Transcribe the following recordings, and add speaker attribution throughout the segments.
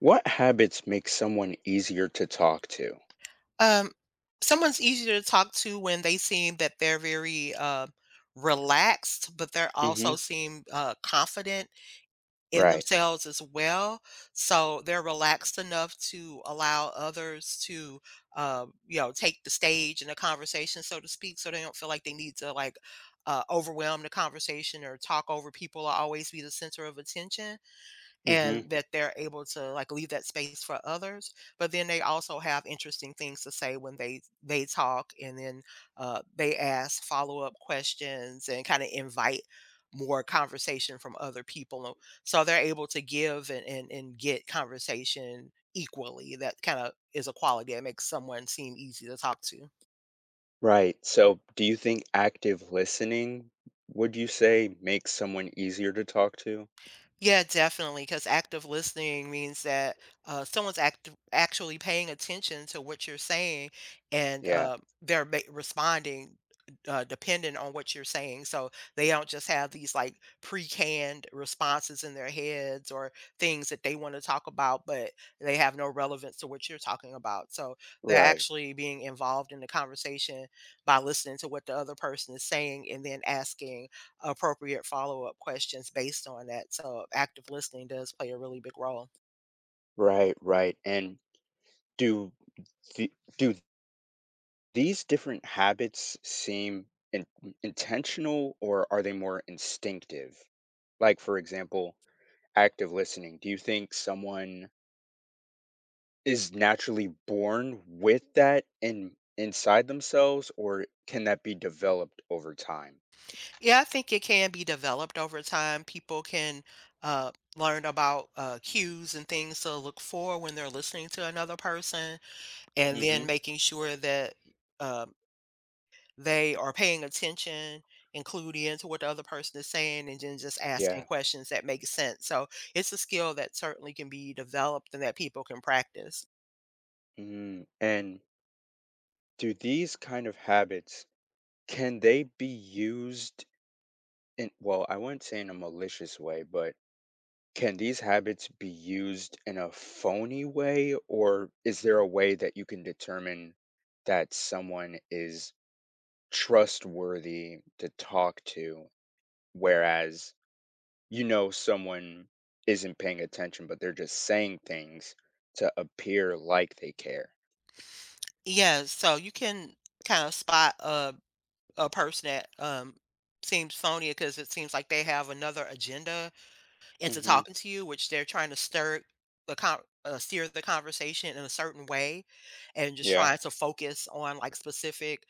Speaker 1: What habits make someone easier to talk to?
Speaker 2: Um, Someone's easier to talk to when they seem that they're very relaxed, but they're also
Speaker 1: Hmm.
Speaker 2: seem confident in
Speaker 1: Right.
Speaker 2: themselves as well. So they're relaxed enough to allow others to take the stage in a conversation, so to speak. So they don't feel like they need to overwhelm the conversation or talk over people or always be the center of attention,
Speaker 1: Hmm.
Speaker 2: and that they're able to leave that space for others, but then they also have interesting things to say when they talk, and then they ask follow-up questions and kind of invite more conversation from other people, so they're able to give and get conversation equally. That kind of is a quality that makes someone seem easy to talk to.
Speaker 1: Right. So, do you think active listening, would you say, makes someone easier to talk to?
Speaker 2: Yeah, definitely, because active listening means that someone's actually paying attention to what you're saying, and
Speaker 1: Yeah.
Speaker 2: they're responding dependent on what you're saying. So they don't just have these like pre-canned responses in their heads, or things that they want to talk about, but they have no relevance to what you're talking about. So they're
Speaker 1: Right.
Speaker 2: actually being involved in the conversation by listening to what the other person is saying and then asking appropriate follow-up questions based on that, so active listening does play a really big role.
Speaker 1: Right, right. And do the, do these different habits seem in, intentional, or are they more instinctive? Like, for example, active listening. Do you think someone is naturally born with that in inside themselves, or can that be developed over time?
Speaker 2: Yeah, I think it can be developed over time. People can learn about cues and things to look for when they're listening to another person, and then
Speaker 1: Mhm.
Speaker 2: making sure that, um, they are paying attention, including into what the other person is saying, and then just asking
Speaker 1: Yeah.
Speaker 2: questions that make sense, so it's a skill that certainly can be developed and that people can practice.
Speaker 1: Mm. And do these kind of habits, can they be used in, well, I wouldn't say in a malicious way, but can these habits be used in a phony way, or is there a way that you can determine that someone is trustworthy to talk to, whereas you know someone isn't paying attention, but they're just saying things to appear like they care.
Speaker 2: Yes, so you can kinda spot a person that seems phony because it seems like they have another agenda into
Speaker 1: Mhm.
Speaker 2: talking to you, which they're trying to stir the con- steer the conversation in a certain way, and just
Speaker 1: Yeah.
Speaker 2: trying to focus on like specific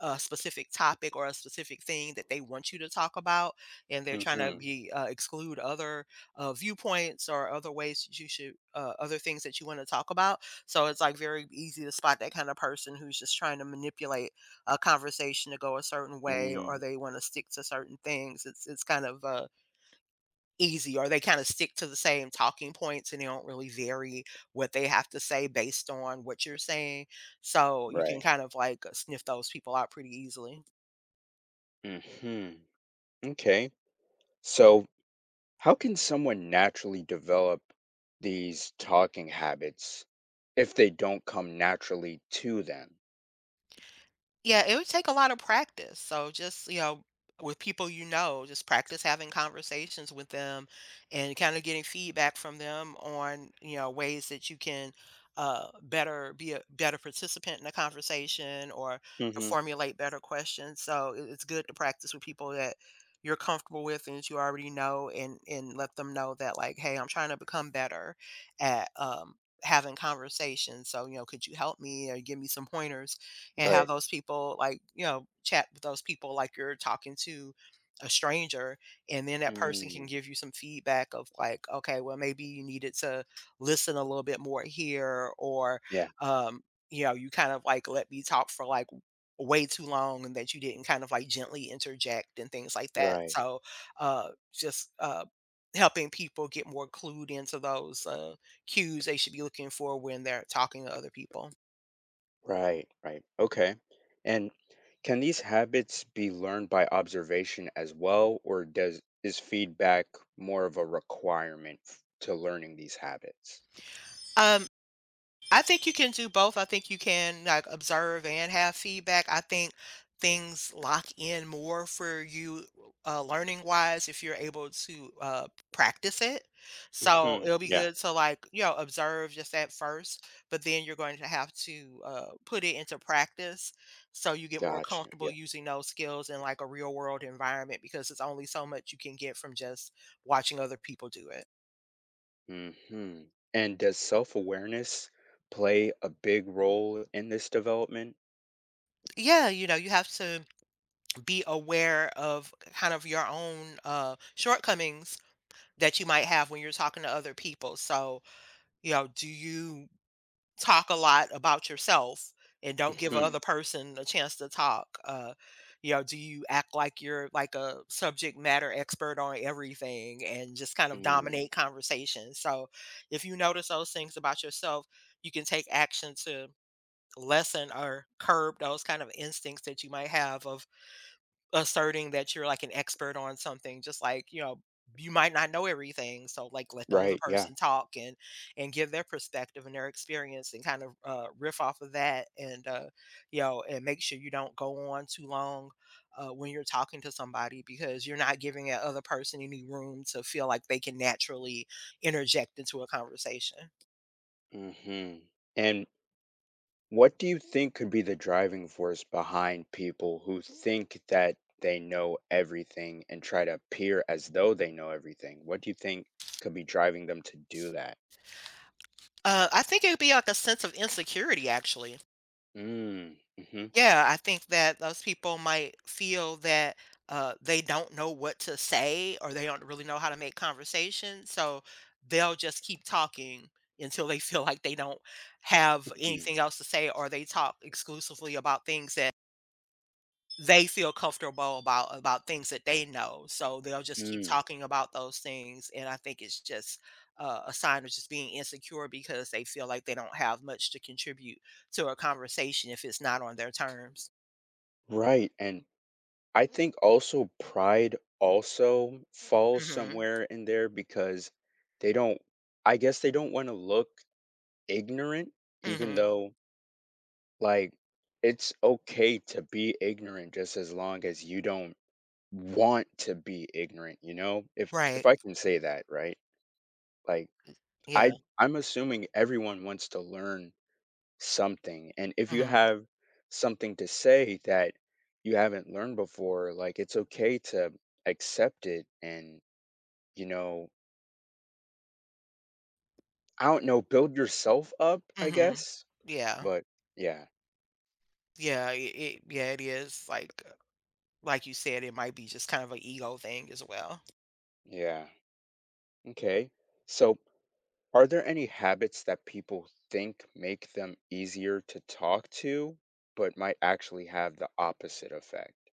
Speaker 2: a specific topic or a specific thing that they want you to talk about, and they're trying to
Speaker 1: Mhm.
Speaker 2: be exclude other viewpoints, or other ways that you should other things that you want to talk about. So it's like very easy to spot that kind of person who's just trying to manipulate a conversation to go a certain way,
Speaker 1: Mm.
Speaker 2: or they want to stick to certain things. It's kind of easy, or they kind of stick to the same talking points and they don't really vary what they have to say based on what you're saying, so you can
Speaker 1: Right.
Speaker 2: kind of like sniff those people out pretty easily.
Speaker 1: Mhm. Okay. So, how can someone naturally develop these talking habits if they don't come naturally to them?
Speaker 2: Yeah, it would take a lot of practice. So just with people you know, just practice having conversations with them, and kind of getting feedback from them on ways that you can better be a better participant in a conversation, or to
Speaker 1: Mhm.
Speaker 2: formulate better questions. So it's good to practice with people that you're comfortable with and that you already know, and let them know that, like, hey, I'm trying to become better at having conversations. So, could you help me or give me some pointers, and have
Speaker 1: Right.
Speaker 2: those people, chat with those people like you're talking to a stranger. And then that person can
Speaker 1: Mm.
Speaker 2: give you some feedback of like, okay, well, maybe you needed to listen a little bit more here, or,
Speaker 1: Yeah.
Speaker 2: um, you kind of like let me talk for like way too long, and that you didn't kind of like gently interject and things like that.
Speaker 1: Right.
Speaker 2: So, just, helping people get more clued into those cues they should be looking for when they're talking to other people.
Speaker 1: Right, right. Okay. And can these habits be learned by observation as well, or does is feedback more of a requirement to learning these habits?
Speaker 2: Um, I think you can do both. I think you can, like, observe and have feedback. I think things lock in more for you, learning wise, if you're able to, practice it. So
Speaker 1: Hmm.
Speaker 2: it'll be
Speaker 1: Yeah,
Speaker 2: good to, like, you know, observe just at first, but then you're going to have to put it into practice, so you get more
Speaker 1: gotcha.
Speaker 2: comfortable
Speaker 1: Yeah.
Speaker 2: using those skills in, like, a real world environment, because it's only so much you can get from just watching other people do it.
Speaker 1: Hmm. And does self-awareness play a big role in this development?
Speaker 2: Yeah, you have to be aware of kind of your own shortcomings that you might have when you're talking to other people. So, do you talk a lot about yourself and don't give
Speaker 1: Hmm.
Speaker 2: other person a chance to talk? Do you act like you're like a subject matter expert on everything and just kind of
Speaker 1: Hmm.
Speaker 2: dominate conversation? So, if you notice those things about yourself, you can take action to lessen or curb those kind of instincts that you might have of asserting that you're like an expert on something. Just like, you might not know everything, so like let the other
Speaker 1: Right, yeah.
Speaker 2: person talk, and give their perspective and their experience, and kind of riff off of that, and and make sure you don't go on too long when you're talking to somebody, because you're not giving that other person any room to feel like they can naturally interject into a conversation.
Speaker 1: Hmm. And what do you think could be the driving force behind people who think that they know everything and try to appear as though they know everything? What do you think could be driving them to do that?
Speaker 2: I think it would be like a sense of insecurity, actually.
Speaker 1: Mm, mhm,
Speaker 2: Yeah, I think that those people might feel that they don't know what to say, or they don't really know how to make conversation. So they'll just keep talking until they feel like they don't have
Speaker 1: mm,
Speaker 2: anything else to say, or they talk exclusively about things that they feel comfortable about things that they know. So they'll just keep
Speaker 1: mm.
Speaker 2: talking about those things. And I think it's just a sign of just being insecure, because they feel like they don't have much to contribute to a conversation if it's not on their terms.
Speaker 1: Right. And I think also pride also falls
Speaker 2: Mhm.
Speaker 1: somewhere in there, because they don't, I guess they don't want to look ignorant, even
Speaker 2: Mhm.
Speaker 1: though, like, it's okay to be ignorant just as long as you don't want to be ignorant, you know? If
Speaker 2: Right.
Speaker 1: I can say that, right? Like, I
Speaker 2: Yeah.
Speaker 1: I'm assuming everyone wants to learn something. And if you
Speaker 2: Mhm.
Speaker 1: have something to say that you haven't learned before, like, it's okay to accept it and, you know, I don't know, build yourself up, I
Speaker 2: Mhm.
Speaker 1: guess.
Speaker 2: Yeah,
Speaker 1: But yeah.
Speaker 2: yeah, it yeah, it is, like you said, it might be just kind of an ego thing as well.
Speaker 1: Yeah. Okay. So, are there any habits that people think make them easier to talk to, but might actually have the opposite effect?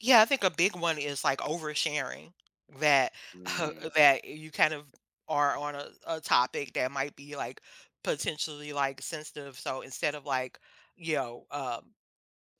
Speaker 2: Yeah, I think a big one is, like, oversharing, that
Speaker 1: Mm.
Speaker 2: that you kind of are on a topic that might be, like, potentially, like, sensitive, so instead of, you know, um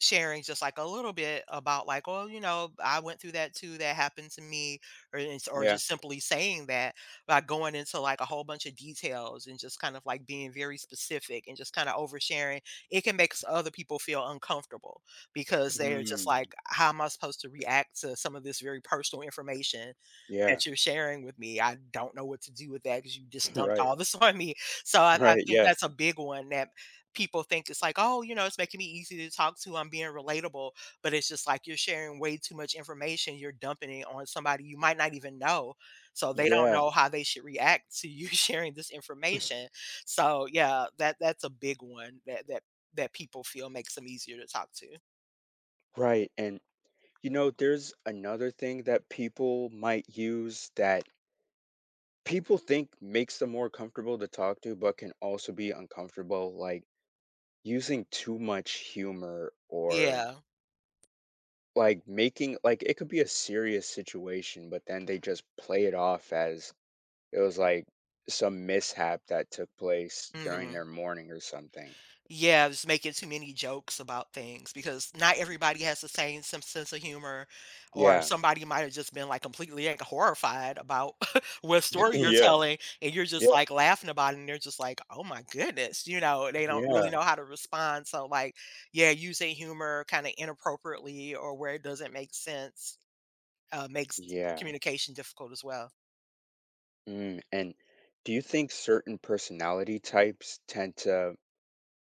Speaker 2: sharing just like a little bit about, like, "Oh, you know, I went through that too, that happened to me," or it's or
Speaker 1: Yeah.
Speaker 2: just simply saying that. By going into like a whole bunch of details and just kind of like being very specific and just kind of oversharing, it can make other people feel uncomfortable, because they're just
Speaker 1: Mm.
Speaker 2: like, how am I supposed to react to some of this very personal information
Speaker 1: Yeah.
Speaker 2: that you're sharing with me. I don't know what to do with that, because you just dumped
Speaker 1: Right.
Speaker 2: all this on me. So I
Speaker 1: Right.
Speaker 2: think
Speaker 1: Yeah.
Speaker 2: that's a big one, that people think it's like, oh, it's making me easy to talk to, I'm being relatable. But it's just like you're sharing way too much information. You're dumping it on somebody you might not even know, so they don't
Speaker 1: Yeah.
Speaker 2: know how they should react to you sharing this information. So yeah, that's a big one, that people feel makes them easier to talk to.
Speaker 1: Right. And there's another thing that people might use that people think makes them more comfortable to talk to, but can also be uncomfortable, like using too much humor. Or,
Speaker 2: Yeah.
Speaker 1: like, making, like, it could be a serious situation, but then they just play it off as it was, like, some mishap that took place during
Speaker 2: Hmm.
Speaker 1: their morning or something.
Speaker 2: Yeah, just making too many jokes about things, because not everybody has the same sense of humor, or
Speaker 1: Yeah.
Speaker 2: somebody might have just been, like, completely, like, horrified about what story you're
Speaker 1: Yeah.
Speaker 2: telling, and you're just,
Speaker 1: Yeah.
Speaker 2: like, laughing about it, and they're just like, "Oh my goodness," they don't really
Speaker 1: Yeah.
Speaker 2: know how to respond, so, like, yeah, using humor kinda inappropriately or where it doesn't make sense, makes
Speaker 1: Yeah.
Speaker 2: communication difficult as well.
Speaker 1: Mm. And do you think certain personality types tend to,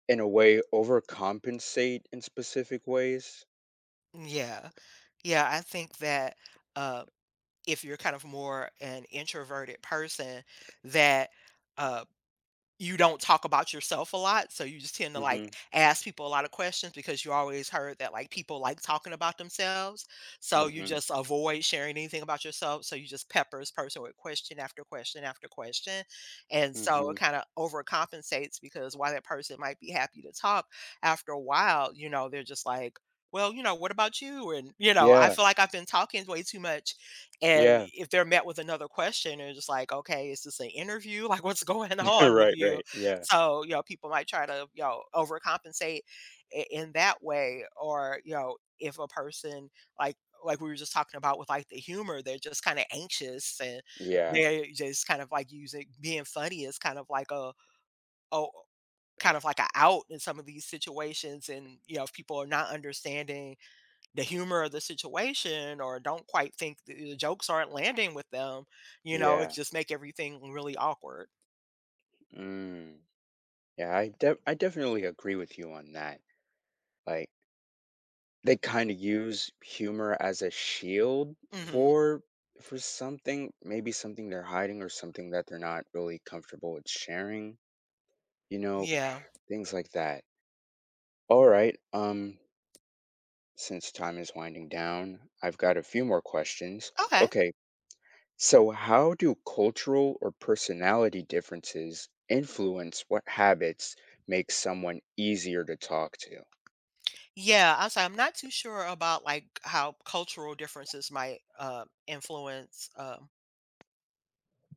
Speaker 1: in a way, overcompensate in specific ways?
Speaker 2: Yeah. Yeah, I think that, uh if you're kind of more an introverted person, that uh, you don't talk about yourself a lot, so you just tend to like
Speaker 1: Mhm.
Speaker 2: ask people a lot of questions because you always heard that like people like talking about themselves. So you
Speaker 1: Mhm.
Speaker 2: just avoid sharing anything about yourself, so you just pepper this person with question after question after question. And so it
Speaker 1: Mhm.
Speaker 2: kind of overcompensates, because while that person might be happy to talk, after a while, they're just like, well, you know, what about you? And, you know, I
Speaker 1: Yeah.
Speaker 2: feel like I've been talking way too much, and
Speaker 1: Yeah.
Speaker 2: if they're met with another question, they're just like, "Okay, is this an interview? Like, what's going on with
Speaker 1: Right,
Speaker 2: you?"
Speaker 1: right. Yeah.
Speaker 2: So, people might try to, overcompensate in that way, or if a person like like we were just talking about with like the humor. They're just kind of anxious and
Speaker 1: Yeah.
Speaker 2: they're just kind of like using being funny as kind of like a oh kind of like a out in some of these situations. And if people are not understanding the humor of the situation or don't quite think the jokes aren't landing with them, it
Speaker 1: Yeah.
Speaker 2: just make everything really awkward.
Speaker 1: Mm. Yeah, I definitely agree with you on that. Like, they kind of use humor as a shield
Speaker 2: hmm
Speaker 1: for for something, maybe something they're hiding or something that they're not really comfortable with sharing, you know,
Speaker 2: Yeah.
Speaker 1: things like that. All right. Since time is winding down, I've got a few more questions.
Speaker 2: Okay.
Speaker 1: Okay. So, how do cultural or personality differences influence what habits make someone easier to talk to?
Speaker 2: Yeah, I'm sorry. I'm not too sure about like how cultural differences might influence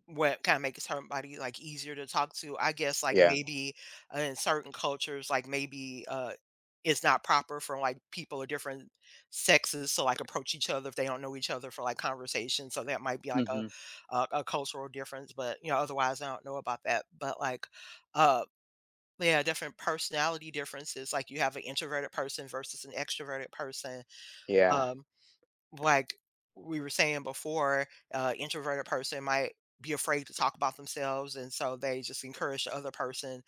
Speaker 2: what kinda makes somebody, like, easier to talk to, I guess, like,
Speaker 1: Yeah.
Speaker 2: maybe, in certain cultures, like, maybe, it's not proper for, like, people of different sexes to, like, approach each other if they don't know each other for, like, conversation. So that might be, like, a cultural difference, but, otherwise, I don't know about that, but, like, uh, yeah, different personality differences, like, you have an introverted person versus an extroverted person.
Speaker 1: Yeah,
Speaker 2: um like we were saying before, introverted person might be afraid to talk about themselves, and so they just encourage the other person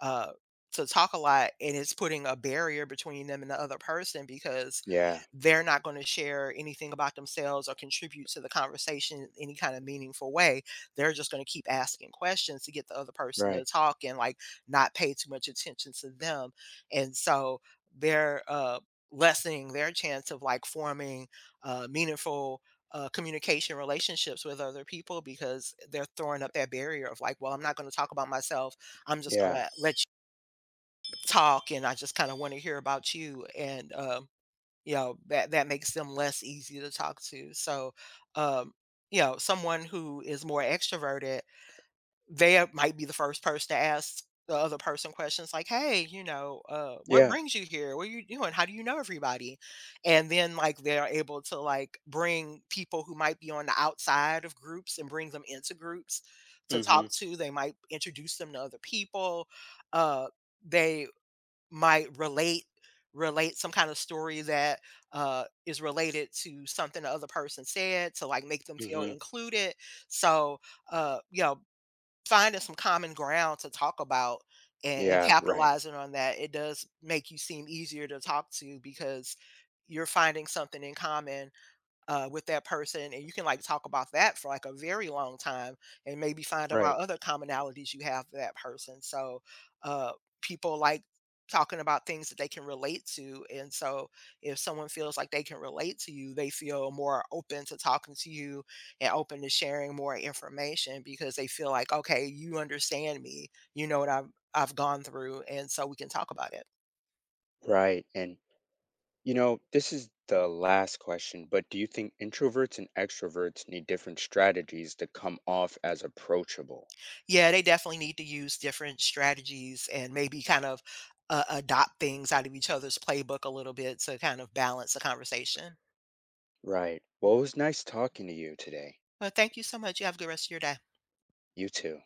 Speaker 2: uh, to talk a lot, and it's putting a barrier between them and the other person because
Speaker 1: yeah,
Speaker 2: they're not going to share anything about themselves or contribute to the conversation in any kind of meaningful way. They're just going to keep asking questions to get the other person to
Speaker 1: right.
Speaker 2: talk, and like not pay too much attention to them. And so they're lessening their chance of like forming meaningful communication relationships with other people, because they're throwing up that barrier of like, well, I'm not going to talk about myself. I'm just
Speaker 1: Yeah,
Speaker 2: gonna let you talk, and I just kind of want to hear about you. And you know that that makes them less easy to talk to. So, um, you know, someone who is more extroverted, they are might be the first person to ask the other person questions like, "Hey, you know, what
Speaker 1: yeah.
Speaker 2: brings you here? What are you doing? How do you know everybody?" And then, like, they're able to, like, bring people who might be on the outside of groups and bring them into groups to
Speaker 1: Hmm.
Speaker 2: talk to. They might introduce them to other people. Uh, they might relate some kind of story that, is related to something the other person said to, like, make them feel
Speaker 1: Hmm.
Speaker 2: included. So, you know, finding some common ground to talk about and
Speaker 1: Yeah, right,
Speaker 2: capitalizing on that, it does make you seem easier to talk to, because you're finding something in common with that person, and you can like talk about that for like a very long time and maybe find
Speaker 1: right,
Speaker 2: about other commonalities you have with that person. So uh, people like talking about things that they can relate to. And so if someone feels like they can relate to you, they feel more open to talking to you and open to sharing more information, because they feel like okay, you understand me, you know what I've gone through, and so we can talk about it.
Speaker 1: right. And this is the last question, but do you think introverts and extroverts need different strategies to come off as approachable?
Speaker 2: Yeah, they definitely need to use different strategies, and maybe kind of adopt things out of each other's playbook a little bit to kind of balance the conversation.
Speaker 1: Right. Well, it was nice talking to you today.
Speaker 2: Well, thank you so much. You have a good rest of your day.
Speaker 1: You too.